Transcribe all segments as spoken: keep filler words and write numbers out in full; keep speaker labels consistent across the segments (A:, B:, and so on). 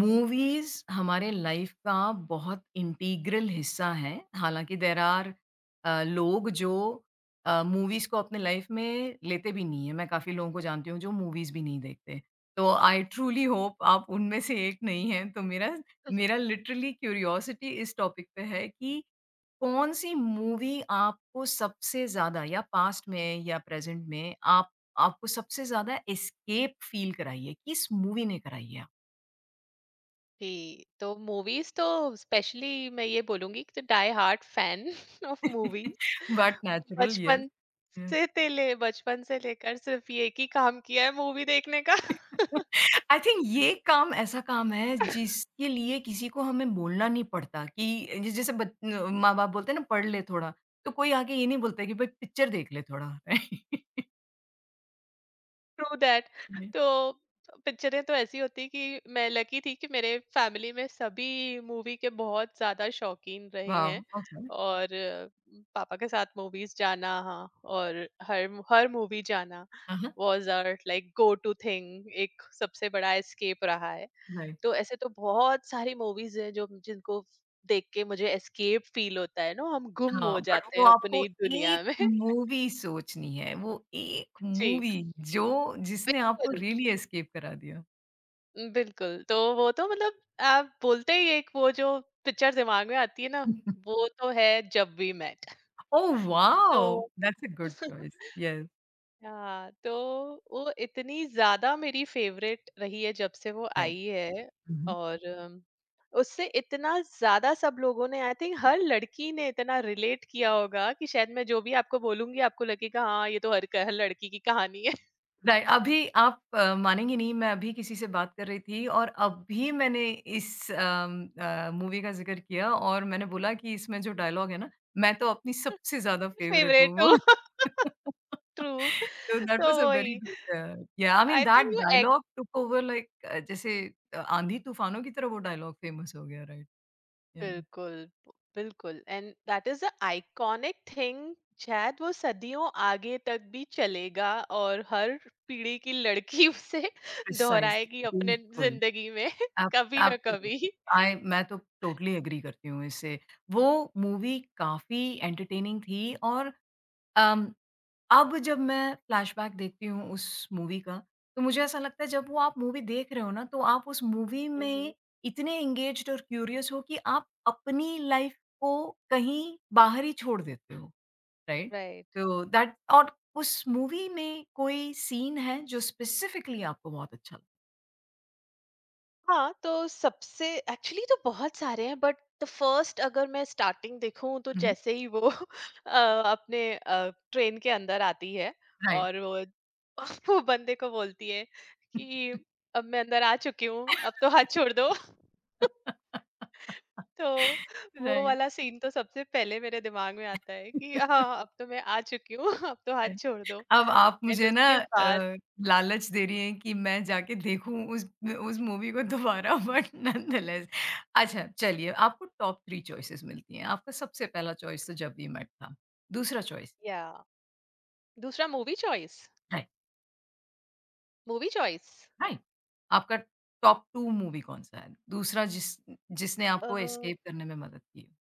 A: Movies हमारे life का बहुत इंटीग्रल हिस्सा है। हालांकि देर आर लोग जो मूवीज को अपने लाइफ में लेते भी नहीं है। मैं काफी लोगों को जानती हूँ जो मूवीज भी नहीं देखते। तो आई ट्रूली होप आप उनमें से एक नहीं हैं। तो मेरा मेरा लिटरली क्यूरियोसिटी इस टॉपिक पे है कि कौन सी मूवी आपको सबसे ज्यादा या पास्ट में या प्रेजेंट में आप आपको सबसे ज्यादा एस्केप फील कराई है, किस मूवी ने कराई है?
B: जी, तो मूवीज़ तो स्पेशली मैं ये बोलूँगी कि die hard fan of movies.
A: But natural, yes.
B: बचपन से ते ले बचपन से लेकर सिर्फ़ ये एक ही काम किया है मूवी देखने का
A: आई थिंक ये काम ऐसा काम है जिसके लिए किसी को हमें बोलना नहीं पड़ता कि जि- जैसे बच- माँ बाप बोलते हैं ना, पढ़ ले थोड़ा। तो कोई आके ये नहीं बोलता कि भाई पिक्चर देख ले थोड़ा।
B: Through that. तो पिक्चरें तो ऐसी होती कि मैं लकी थी कि मेरे फैमिली में सभी मूवी के बहुत ज़्यादा शौकीन रहे
A: वाह,
B: हैं
A: ओके।
B: और अ, पापा के साथ मूवीज़ जाना, हाँ, और हर हर मूवी जाना was our like go to thing, एक सबसे बड़ा एस्केप रहा है।
A: राइट।
B: तो ऐसे तो बहुत सारी मूवीज हैं जो जिनको देख के मुझे एस्केप फील होता है ना, हम गुम
A: हाँ,
B: हो
A: बट
B: जाते
A: वो
B: हैं अपनी
A: आपको
B: ही दुनिया
A: एक
B: में।
A: मूवी सोचनी है, वो एक
B: जी।
A: मूवी जो जिसने आपको
B: बिल्कुल
A: रियली एस्केप करा दिया।
B: बिल्कुल, तो वो तो मतलब आप बोलते ही एक वो जो पिक्चर दिमाग में आती है ना, वो तो है जब वी मेट।
A: ओह
B: तो
A: wow, that's a good choice. Yes.
B: हाँ, तो वो इतनी ज़्यादा मेरी फेवरेट रही है जब से वो
A: राइट।
B: आई है। और अम, उससे इतना ज़्यादा सब लोगों ने आई थिंक हर लड़की ने इतना रिलेट किया होगा कि शायद मैं जो भी आपको बोलूँगी आपको लगेगा हाँ, ये तो हर क हर लड़की की कहानी है।
A: राइट, अभी आप अ, मानेंगी नहीं, मैं अभी किसी से बात कर रही थी और अभी मैंने इस अम, अ, मूवी का ज़िक्र किया और मैंने बोला कि इसमें जो डायलॉग है ना, मैं तो अपनी सबसे ज़्यादा फ़ेवरेट हूँ
B: फेवरेट
A: वो।
B: हो। ट्रू।
A: तो दैट
B: तो
A: वाज़ अ वेरी
B: वही,
A: good, yeah I mean
B: I
A: that
B: think वो
A: dialogue took over like uh, जैसे अ, आंधी तूफानों की तरह वो डायलॉग फ़ेमस हो गया, राइट। या
B: बिल्कुल बिल्कुल and that is a iconic thing. शायद वो सदियों आगे तक भी चलेगा, और हर पीढ़ी की लड़की उसे
A: प्रिसाइज़ली,
B: दोहराएगी अपने
A: बिल्कुल।
B: जिंदगी में
A: एब
B: कभी ना कभी।
A: एब्सोल्युटली। आई, मैं तो टोटली एग्री करती हूँ इससे। वो मूवी काफ़ी एंटरटेनिंग थी और अम, अब जब मैं फ्लैशबैक देखती हूँ उस मूवी का, तो मुझे ऐसा लगता है जब वो आप मूवी देख रहे हो ना, तो आप उस मूवी में
B: हम्म।
A: इतने एंगेज्ड और क्यूरियस हो कि आप अपनी लाइफ़ को कहीं बाहर ही छोड़ देते हो, राइट?
B: राइट।
A: तो दैट, और उस मूवी में कोई सीन है जो स्पेसिफिकली आपको बहुत अच्छा लगा?
B: हाँ, तो सबसे एक्चुअली तो बहुत सारे हैं बट द फर्स्ट, अगर मैं स्टार्टिंग देखूं तो
A: हुँ, हुँ,
B: जैसे ही वो अ, अपने ट्रेन के अंदर आती है
A: राइट।
B: और वो वो बंदे को बोलती है कि अब मैं अंदर आ चुकी हूँ अब तो हाथ छोड़ दो। तो वो
A: राइट।
B: वाला सीन तो सबसे पहले मेरे दिमाग में आता है कि हाँ अब तो मैं आ चुकी हूँ अब तो हाथ
A: राइट।
B: छोड़ दो।
A: अब आप
B: एंड
A: मुझे ना
B: उसके
A: अ,
B: बाद
A: लालच दे रही हैं कि मैं जाके देखूँ उस उस मूवी को दोबारा। बट नॉनदलेस, अच्छा चलिए, आपको टॉप थ्री चॉइसेस मिलती हैं। आपका सबसे पहला चॉइस तो जब वी मेट था। दूसरा चॉइस,
B: या दूसरा movie choice,
A: right,
B: movie choice,
A: right. आपका टॉप टू मूवी कौन-सा है? दूसरा, जिस जिसने आपको एस्केप करने में मदद की हो?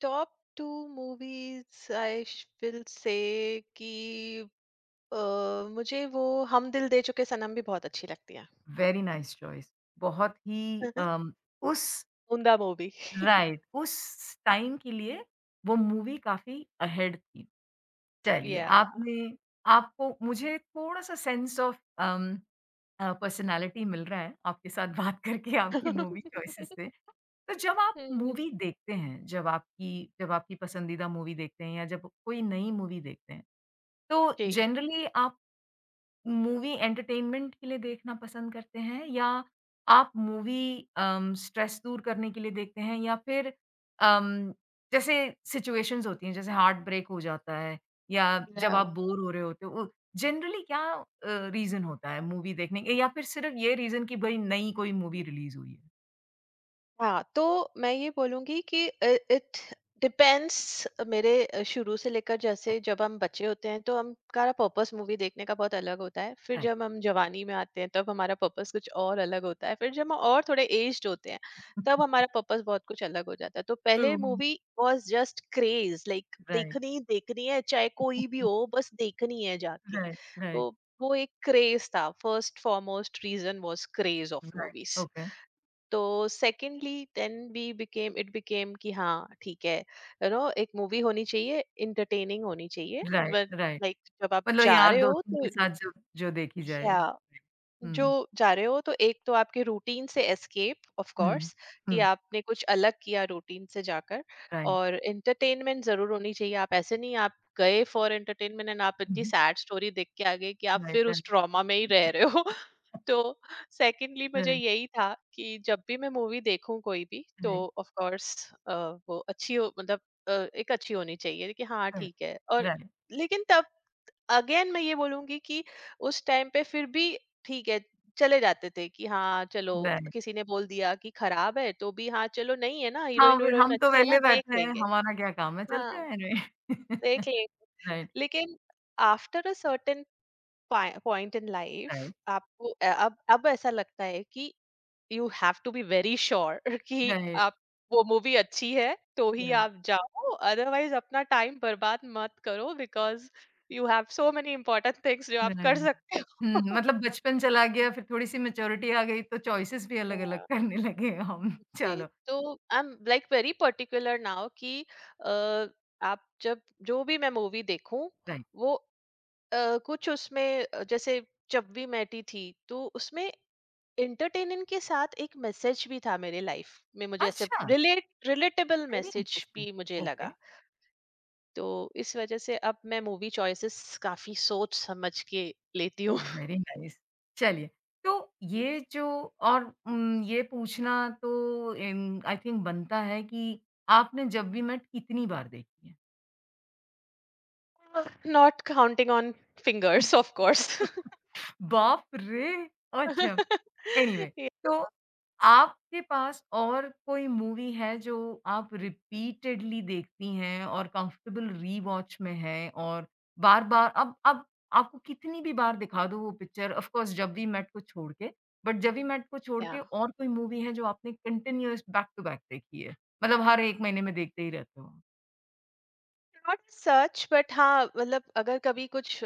B: Top two movies I will say कि अ, मुझे वो हम दिल दे चुके सनम भी बहुत अच्छी लगती है।
A: Very nice choice. बहुत ही अम, उस
B: उम्दा मूवी।
A: राइट उस टाइम के लिए वो मूवी काफ़ी अहेड थी। चलिए,
B: Yeah.
A: आपने आपको मुझे थोड़ा-सा sense of um uh, personality मिल रहा है, आपके साथ बात करके, आपकी मूवी चॉइसेस से। तो जब आप
B: हम्म।
A: मूवी देखते हैं, जब आपकी जब आपकी पसंदीदा मूवी देखते हैं या जब कोई नई मूवी देखते हैं, तो
B: जी।
A: जनरली आप मूवी एंटरटेनमेंट के लिए देखना पसंद करते हैं, या आप मूवी अम, स्ट्रेस दूर करने के लिए देखते हैं, या फिर अम, जैसे सिचुएशंस होती हैं जैसे हार्ट ब्रेक हो जाता है, या जब आप बोर हो रहे होते हो, जनरली क्या रीजन होता है मूवी देखने के, या फिर सिर्फ ये रीजन कि भाई नई कोई मूवी रिलीज हुई है?
B: हाँ, तो मैं ये बोलूँगी कि इ इट डिपेंड्स। मेरे अ, शुरू से लेकर, जैसे जब हम बच्चे होते हैं तो हमारा पर्पस मूवी देखने का बहुत अलग होता है। फिर
A: राइट।
B: जब हम जवानी में आते हैं तब हमारा पर्पस कुछ और अलग होता है। फिर जब हम और थोड़े एज्ड होते हैं तब हमारा पर्पस बहुत कुछ अलग हो जाता है। तो पहले
A: true.
B: Movie was just craze, like
A: right,
B: देखनी ही देखनी है चाहे कोई भी हो बस देखनी है जाके।
A: राइट। राइट।
B: तो वो एक क्रेज़ था, first foremost reason was craze of
A: right,
B: movies.
A: Okay.
B: तो secondly then we became, it became कि हाँ ठीक है, यू नो, एक मूवी होनी चाहिए, इंटरटेनिंग होनी चाहिए,
A: राइट,
B: बट
A: राइट।
B: लाइक जब आप
A: मतलब
B: जा
A: यार
B: रहे हो
A: दोस्तों के
B: तो
A: साथ जो जो देखी जाए।
B: या जो
A: हम्म।
B: जा रहे हो तो एक तो आपके रूटीन से एस्केप ऑफ
A: Mm,
B: कोर्स, कि
A: mm,
B: आपने कुछ अलग किया रूटीन से जाकर,
A: राइट,
B: और एंटरटेनमेंट जरूर होनी चाहिए। आप ऐसे नहीं, आप गए फॉर एंटरटेनमेंट एंड आप इतनी
A: हुँ,
B: सैड स्टोरी देख के आ गए कि आप
A: राइट,
B: फिर
A: राइट,
B: उस ट्रॉमा में ही रह रहे हो। तो सेकंडली मुझे
A: राइट,
B: यही था कि जब भी मैं मूवी देखूं कोई भी, तो
A: राइट,
B: ऑफ कोर्स वो अच्छी हो, मतलब अ, एक अच्छी होनी चाहिए कि हाँ
A: राइट,
B: ठीक है, और
A: राइट,
B: लेकिन तब अगेन मैं ये बोलूँगी कि उस टाइम पे फिर भी ठीक है, चले जाते थे कि हाँ, चलो।
A: राइट।
B: किसी ने बोल दिया कि खराब है, तो भी हाँ, चलो नहीं है ना,
A: हाँ, वे
B: हीरोइन-वीरोइन
A: हम तो
B: अच्छे हैं
A: वेले
B: ना, देख
A: बैठे हैं,
B: लेंगे।
A: हमारा क्या काम है, चलते
B: हाँ,
A: हैं रे।
B: देख लेंगे।
A: राइट,
B: लेकिन after a certain point in life,
A: right,
B: आपको अ- अब अब ऐसा लगता है कि you have to be very sure कि
A: राइट,
B: आप, वो मूवी अच्छी है तो ही
A: राइट,
B: आप जाओ, अदरवाइज अपना टाइम बर्बाद मत करो, because you have so many important things जो आप
A: राइट।
B: कर सकते हो।
A: हुँ, मतलब बचपन चला गया, फिर थोड़ी-सी मैच्योरिटी आ गई, तो चॉइसेस भी अलग-अलग
B: Yeah.
A: करने लगे हम।
B: जी,
A: चलो,
B: तो I am like very particular now कि अ, आप जब, जो भी मैं मूवी देखूं
A: राइट।
B: वो, अ, कुछ उसमें, अ, जैसे जब भी मैटी थी तो उसमें एंटरटेनमेंट के साथ एक मैसेज भी था। मेरे लाइफ में मुझे ऐसे
A: अच्छा,
B: relate relatable
A: very
B: message
A: interesting,
B: भी मुझे
A: ओके।
B: लगा। तो इस वजह से अब मैं मूवी चॉइसेस काफी सोच समझ के लेती हूँ।
A: Very nice. चलिए, तो ये जो और उम, ये पूछना तो एम आई थिंक बनता है कि आपने जब वी मेट कितनी बार देखी है?
B: Not counting on fingers of course.
A: बाप रे! अच्छा। एनीवे, तो आपके पास और कोई मूवी है जो आप रिपीटेडली देखती हैं और कंफर्टेबल रीवॉच में है, और बार-बार अब अब आपको कितनी भी बार दिखा दो वो picture, of course Jab we met को छोड़ के, बट जब वी मेट को छोड़
B: या
A: के और कोई मूवी है जो आपने कंटीन्यूअस बैक टू बैक देखी है? मतलब हर एक महीने में देखते ही रहते हो?
B: नॉट सच, बट हाँ मतलब अगर कभी कुछ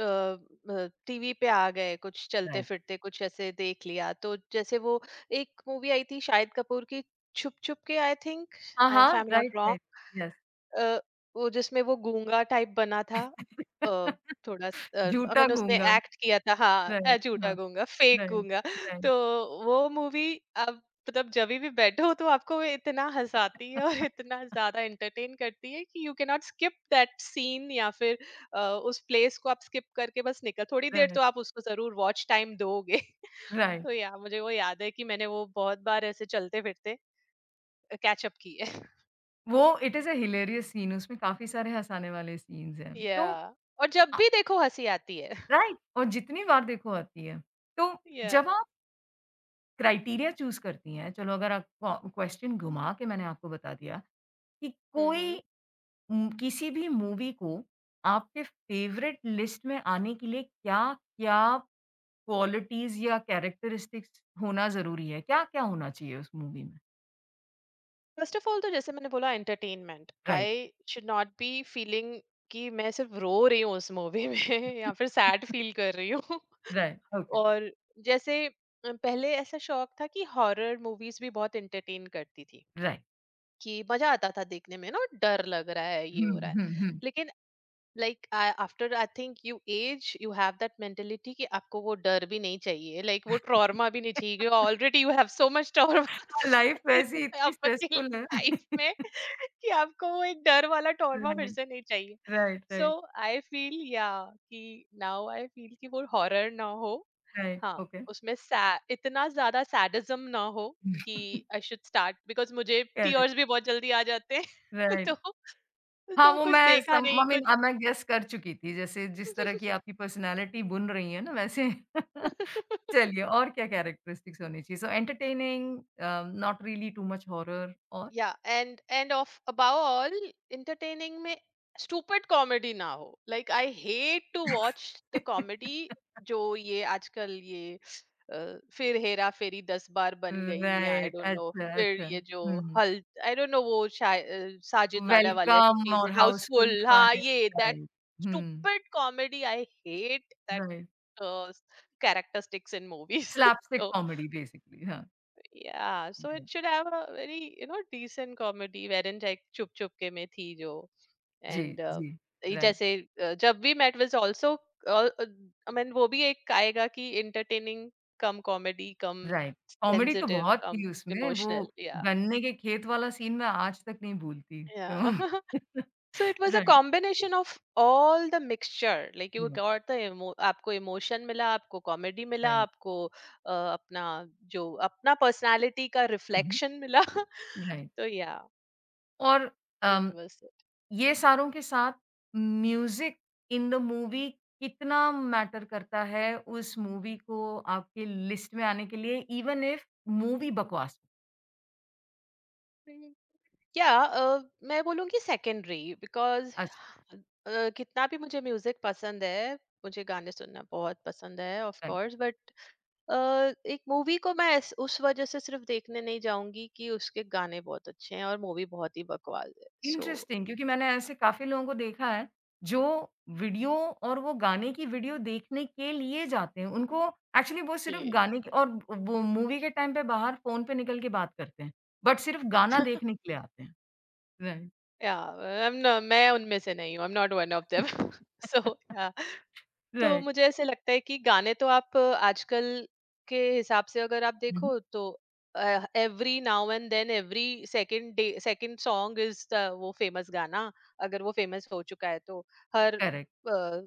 B: टीवी पे आ गए, कुछ चलते
A: राइट।
B: फिरते कुछ ऐसे देख लिया, तो जैसे वो एक मूवी आई थी शाहिद कपूर की, छुप छुप के, आई थिंक,
A: हाँ,
B: आई, इफ आई
A: हाँ,
B: am
A: right,
B: not
A: right, yes.
B: Wrong. वो जिसमें वो गूंगा टाइप बना था, अ, थोड़ा, आई
A: झूठा
B: मीन उसने
A: गूंगा,
B: एक्ट किया था, हाँ, अ,
A: राइट,
B: झूठा
A: हाँ,
B: गूंगा, फेक
A: राइट,
B: गूंगा।
A: राइट,
B: तो वो मूवी मतलब जभी भी बैठो तो आपको वो इतना हँसाती है और इतना ज़्यादा एंटरटेन करती है कि you can not skip that scene, या फिर अ, उस प्लेस को आप स्किप करके बस निकल, थोड़ी देर
A: राइट,
B: तो आप उसको ज़रूर वॉच टाइम दोगे।
A: राइट।
B: तो या मुझे वो याद है कि मैंने वो बहुत बार ऐसे चलते-फिरते कैच अप की है।
A: वो it is a hilarious scene, उसमें काफ़ी सारे हँसाने वाले सीन्स हैं। तो
B: या, और जब
A: अ,
B: भी देखो हँसी आती है।
A: राइट, और जितनी बार देखो आती है। तो
B: या।
A: जब आप क्राइटेरिया चूज़ करती हैं, चलो अगर आप क्व क्वेश्चन घुमा के मैंने आपको बता दिया कि
B: हुँ,
A: कोई
B: हुँ।
A: उम, किसी भी मूवी को आपके फेवरेट लिस्ट में आने के लिए क्या-क्या क्वालिटीज़ या कैरेक्टरिस्टिक्स होना ज़रूरी है? क्या-क्या होना चाहिए उस मूवी में?
B: फर्स्ट ऑफ ऑल तो जैसे मैंने बोला, entertainment,
A: right,
B: I should not be feeling कि मैं सिर्फ रो रही हूँ उस मूवी में, या फिर सैड फील कर रही हूँ।
A: राइट, ओके,
B: और जैसे अ, पहले ऐसा शौक था कि हॉरर मूवीज भी बहुत एंटरटेन करती थी,
A: राइट।
B: कि मजा आता था देखने में, ना, डर लग रहा है, ये
A: हुँ,
B: हो रहा है,
A: हुँ, हुँ।
B: लेकिन like after I think you, as you have that mentality कि आपको वो डर भी नहीं चाहिए, लाइक like, वो ट्रॉमा भी नहीं चाहिए, already you have so much trauma
A: हाँ, लाइफ वैसे ही इतनी
B: आपकी
A: स्ट्रेसफुल है।
B: लाइफ में, कि आपको वो एक डर वाला ट्रॉमा फिर
A: राइट,
B: से नहीं चाहिए।
A: Right,
B: so
A: right,
B: I feel या कि नाउ आई फील कि वो हॉरर ना हो,
A: राइट,
B: हाँ,
A: ओके।
B: उसमें sa- इतना ज्यादा सैडिज्म ना हो, कि आई शुड स्टार्ट बिकॉज मुझे
A: करेक्ट,
B: टीयर्स भी बहुत जल्दी आ जाते हैं। तो
A: राइट। हाँ,
B: तो
A: वो
B: कुछ
A: मैं
B: देखा
A: सम
B: नहीं
A: आई मीन
B: कुछ।
A: अब मैं गेस कर चुकी थी, जैसे जिस तरह की आपकी पर्सनैलिटी बुन रही है ना वैसे। चलिए, और क्या कैरेक्टरिस्टिक्स होनी चाहिए? So entertaining, uh, not really too much horror, और?
B: या and and of above all entertaining में स्टूपिड कॉमेडी ना हो, like I hate to watch the comedy, जो ये आजकल ये अ, फिर हेरा फेरी दस बार बन गई या आई
A: राइट,
B: डोंट नो,
A: अच्छा,
B: फिर
A: अच्छा।
B: ये जो
A: हुँ,
B: हल, आई डोंट नो, वो शाय- अ, साजिद नाडावालिया की
A: वेलकम
B: चीजें,
A: और हाउसफुल
B: हाउसफुल, हाँ,
A: फायर,
B: ये दैट
A: राइट, हुँ,
B: stupid comedy, I hate that
A: right.
B: Characteristics in movies.
A: Slapstick comedy basically, हाँ।
B: Yeah, so it
A: जी,
B: should have a very, you know, decent comedy wherein like Chup Chup के में थी जो
A: जी,
B: and uh,
A: जी।
B: ये
A: right,
B: जैसे, uh, जब भी met was also, I mean वो भी एक आएगा कि entertaining कम, comedy कम,
A: राइट। कॉमेडी तो
B: sensitive
A: बहुत
B: कम,
A: थी उसमें,
B: emotional,
A: वो
B: yeah,
A: गन्ने के खेत वाला सीन मैं आज तक नहीं भूलती। तो
B: yeah. So it was a
A: right,
B: combination of all the mixture, like you
A: right,
B: got the emo आपको emotion मिला, आपको comedy मिला,
A: राइट।
B: आपको uh, अपना जो अपना personality का
A: उहुँ,
B: reflection मिला। तो
A: राइट
B: yeah.
A: और
B: That
A: अम,
B: was it.
A: ये सारों के साथ म्यूज़िक इन द मूवी कितना मैटर करता है उस मूवी को आपके लिस्ट में आने के लिए, इवन इफ मूवी बकवास हो?
B: हम्म। या अ, मैं बोलूँगी सेकेंडरी, बिकॉज़
A: अच्छा,
B: कितना भी मुझे म्यूजिक पसंद है, मुझे गाने सुनना बहुत पसंद है of
A: right.
B: Course, but uh, एक मूवी को मैं ऐस उस वज़ह से सिर्फ़ देखने नहीं जाऊँगी कि उसके गाने बहुत अच्छे हैं और मूवी बहुत ही बकवास है। सो
A: इंटरेस्टिंग, क्योंकि मैंने ऐसे काफ़ी लोगों को देखा है, जो वीडियो और वो गाने की वीडियो देखने के लिए जाते हैं। उनको एक्चुअली वो सिर्फ़
B: जी,
A: गाने की, और वो मूवी के टाइम पे बाहर फ़ोन पे निकल के बात करते हैं, बट सिर्फ़ गाना देखने के लिए आते हैं। राइट,
B: या आई एम न मैं उनमें से नहीं हूँ, I am not one of them. So yeah. तो
A: राइट।
B: मुझे ऐसे लगता है कि गाने तो आप अ, आजकल के हिसाब से अगर आप
A: हुँ, हुँ।
B: देखो तो every now and then, every second day second song is वो फेमस गाना। अगर वो फेमस हो चुका है तो हर
A: करेक्ट,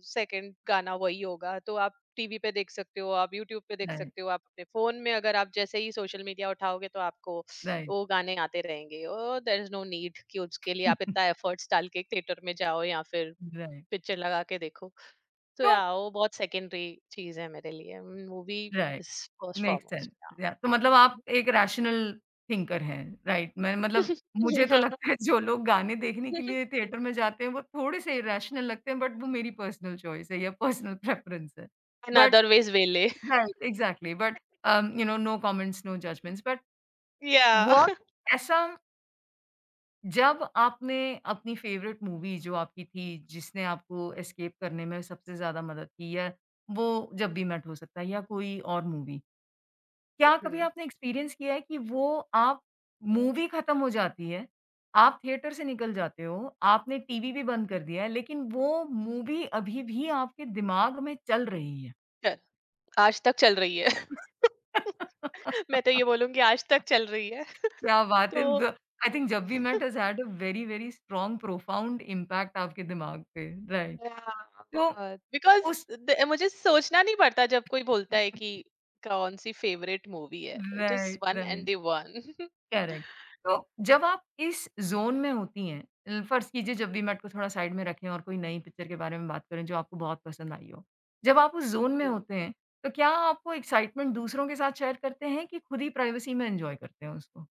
B: सेकंड गाना वही होगा, तो आप टीवी पे देख सकते हो, आप यूट्यूब पे देख
A: राइट,
B: सकते हो, आप अपने फोन में, अगर आप जैसे ही सोशल मीडिया उठाओगे तो आपको
A: राइट,
B: वो गाने आते रहेंगे। Oh there is no need कि उसके लिए आप इतना एफर्ट्स डाल के थिएटर में जाओ या फिर
A: राइट।
B: पिक्चर लगा के देखो। तो
A: तो
B: या वो बहुत सेकेंडरी चीज है मेरे लिए, movie
A: right.
B: Is first
A: make sense.
B: Foremost. Yeah.
A: या तो मतलब आप एक रैशनल थिंकर हैं, राइट? मैं मतलब मुझे तो लगता है जो लोग गाने देखने के लिए थिएटर में जाते हैं, वो थोड़े-से इरेशनल लगते हैं, बट वो मेरी पर्सनल चॉइस है या पर्सनल प्रेफ़रेंस है।
B: इन
A: बट
B: अदर वेज वेले।
A: Right, exactly, but um, you know, no comments, no judgements, but
B: yeah.
A: What ऐसा जब आपने अपनी फ़ेवरेट मूवी जो आपकी थी, जिसने आपको एस्केप करने में सबसे ज़्यादा मदद की, या वो जब भी मेट हो सकता है या कोई और मूवी? क्या कभी
B: हम्म।
A: आपने एक्सपीरियंस किया है कि वो आप मूवी खत्म हो जाती है, आप थिएटर से निकल जाते हो, आपने टीवी भी बंद कर दिया है, लेकिन वो मूवी अभी भी आपके दिमाग में चल रही है?
B: चल, आज तक चल रही है। मैं तो ये बोलूंगी आज तक चल रही है।
A: क्या बात
B: तो
A: है! ब I think "Jab we met" has had a very, very strong profound impact आपके दिमाग पे, राइट। तो
B: बिकॉज
A: उस
B: मुझे सोचना नहीं पड़ता, जब कोई बोलता है कि कौन सी फेवरेट मूवी है, it is
A: right,
B: one and
A: right.
B: The one.
A: Correct. तो जब आप इस ज़ोन में होती हैं अ, फ़र्ज़ कीजिए जब वीमैट को थोड़ा साइड में रखें और कोई नई पिक्चर के बारे में बात करें जो आपको बहुत पसंद आई हो। जब आप उस ज़ोन में होते हैं, तो क्या आप वो एक्साइटमेंट दूसरों के साथ शेयर करते हैं, कि खुद ही प्राइवेसी में एन्जॉय करते हैं उसको?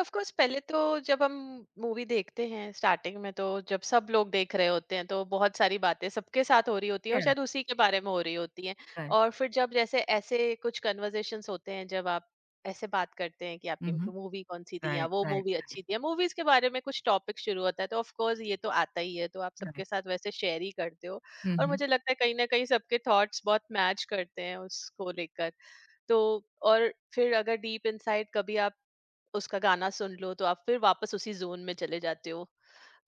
B: ऑफ कोर्स पहले तो जब हम मूवी देखते हैं स्टार्टिंग में, तो जब सब लोग देख रहे होते हैं तो बहुत सारी बातें सबके साथ हो रही होती हैं और
A: करेक्ट,
B: शायद उसी के बारे में हो रही होती हैं।
A: राइट।
B: और फिर जब जैसे ऐसे कुछ कन्वर्सेशंस होते हैं जब आप ऐसे बात करते हैं कि
A: हुँ,
B: आपकी
A: हुँ।
B: मूवी कौन सी थी, या
A: राइट,
B: वो
A: राइट,
B: मूवी
A: राइट,
B: अच्छी थी, या मूवीज के बारे में कुछ टॉपिक शुरू होता है, तो ऑफ कोर्स ये तो आता ही है, तो आप
A: राइट।
B: सबके साथ वैसे शेयर ही करते हो।
A: हुँ,
B: और
A: हुँ।
B: मुझे लगता है कहीं ना कहीं सबके थॉट्स बहुत मैच करते हैं उसको लेकर। तो और फिर अगर डीप इनसाइड कभी आप उसका गाना सुन लो तो आप फिर वापस उसी ज़ोन में चले जाते हो।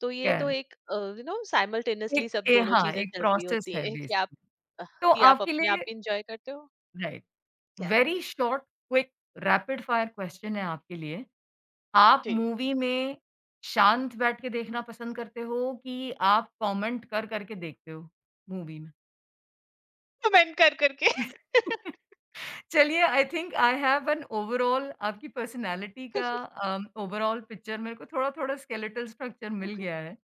B: तो ये तो
A: करेक्ट।
B: एक अ, यू नो
A: एक
B: साइमल्टेनियसली सब
A: ए
B: दोनों
A: हाँ,
B: चीज़ें
A: एक
B: चल रही
A: प्रोसेस
B: होती
A: है
B: हैं कि आप
A: बेसिकली।
B: अह,
A: तो
B: कि आप
A: आपके
B: अपने आप
A: लिए
B: भी एन्जॉय करते हो।
A: Right,
B: yeah.
A: Very short quick rapid fire question है आपके लिए। आप
B: जी।
A: मूवी में शांत बैठ के देखना पसंद करते हो, कि आप कमेंट कर कर के देखते हो मूवी में?
B: कमेंट कर करके।
A: चलिए, I think I have an overall आपकी पर्सनैलिटी का अम, ओवरऑल पिक्चर मेरे को थोड़ा-थोड़ा स्केलेटल स्ट्रक्चर मिल गया है।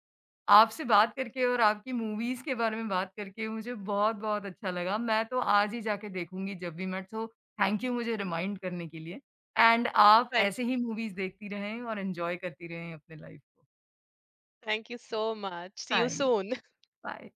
A: आपसे बात करके और आपकी मूवीज़ के बारे में बात करके मुझे बहुत-बहुत अच्छा लगा। मैं तो आज ही जाके देखूँगी जब भी मैं सो, थैंक यू मुझे रिमाइंड करने के लिए। एंड आप
B: थैंक
A: ऐसे ही मूवीज़ देखती रहें और एन्जॉय करती रहें अपने लाइफ को।
B: Thank you so much. See you
A: thanks.
B: Soon.
A: Bye.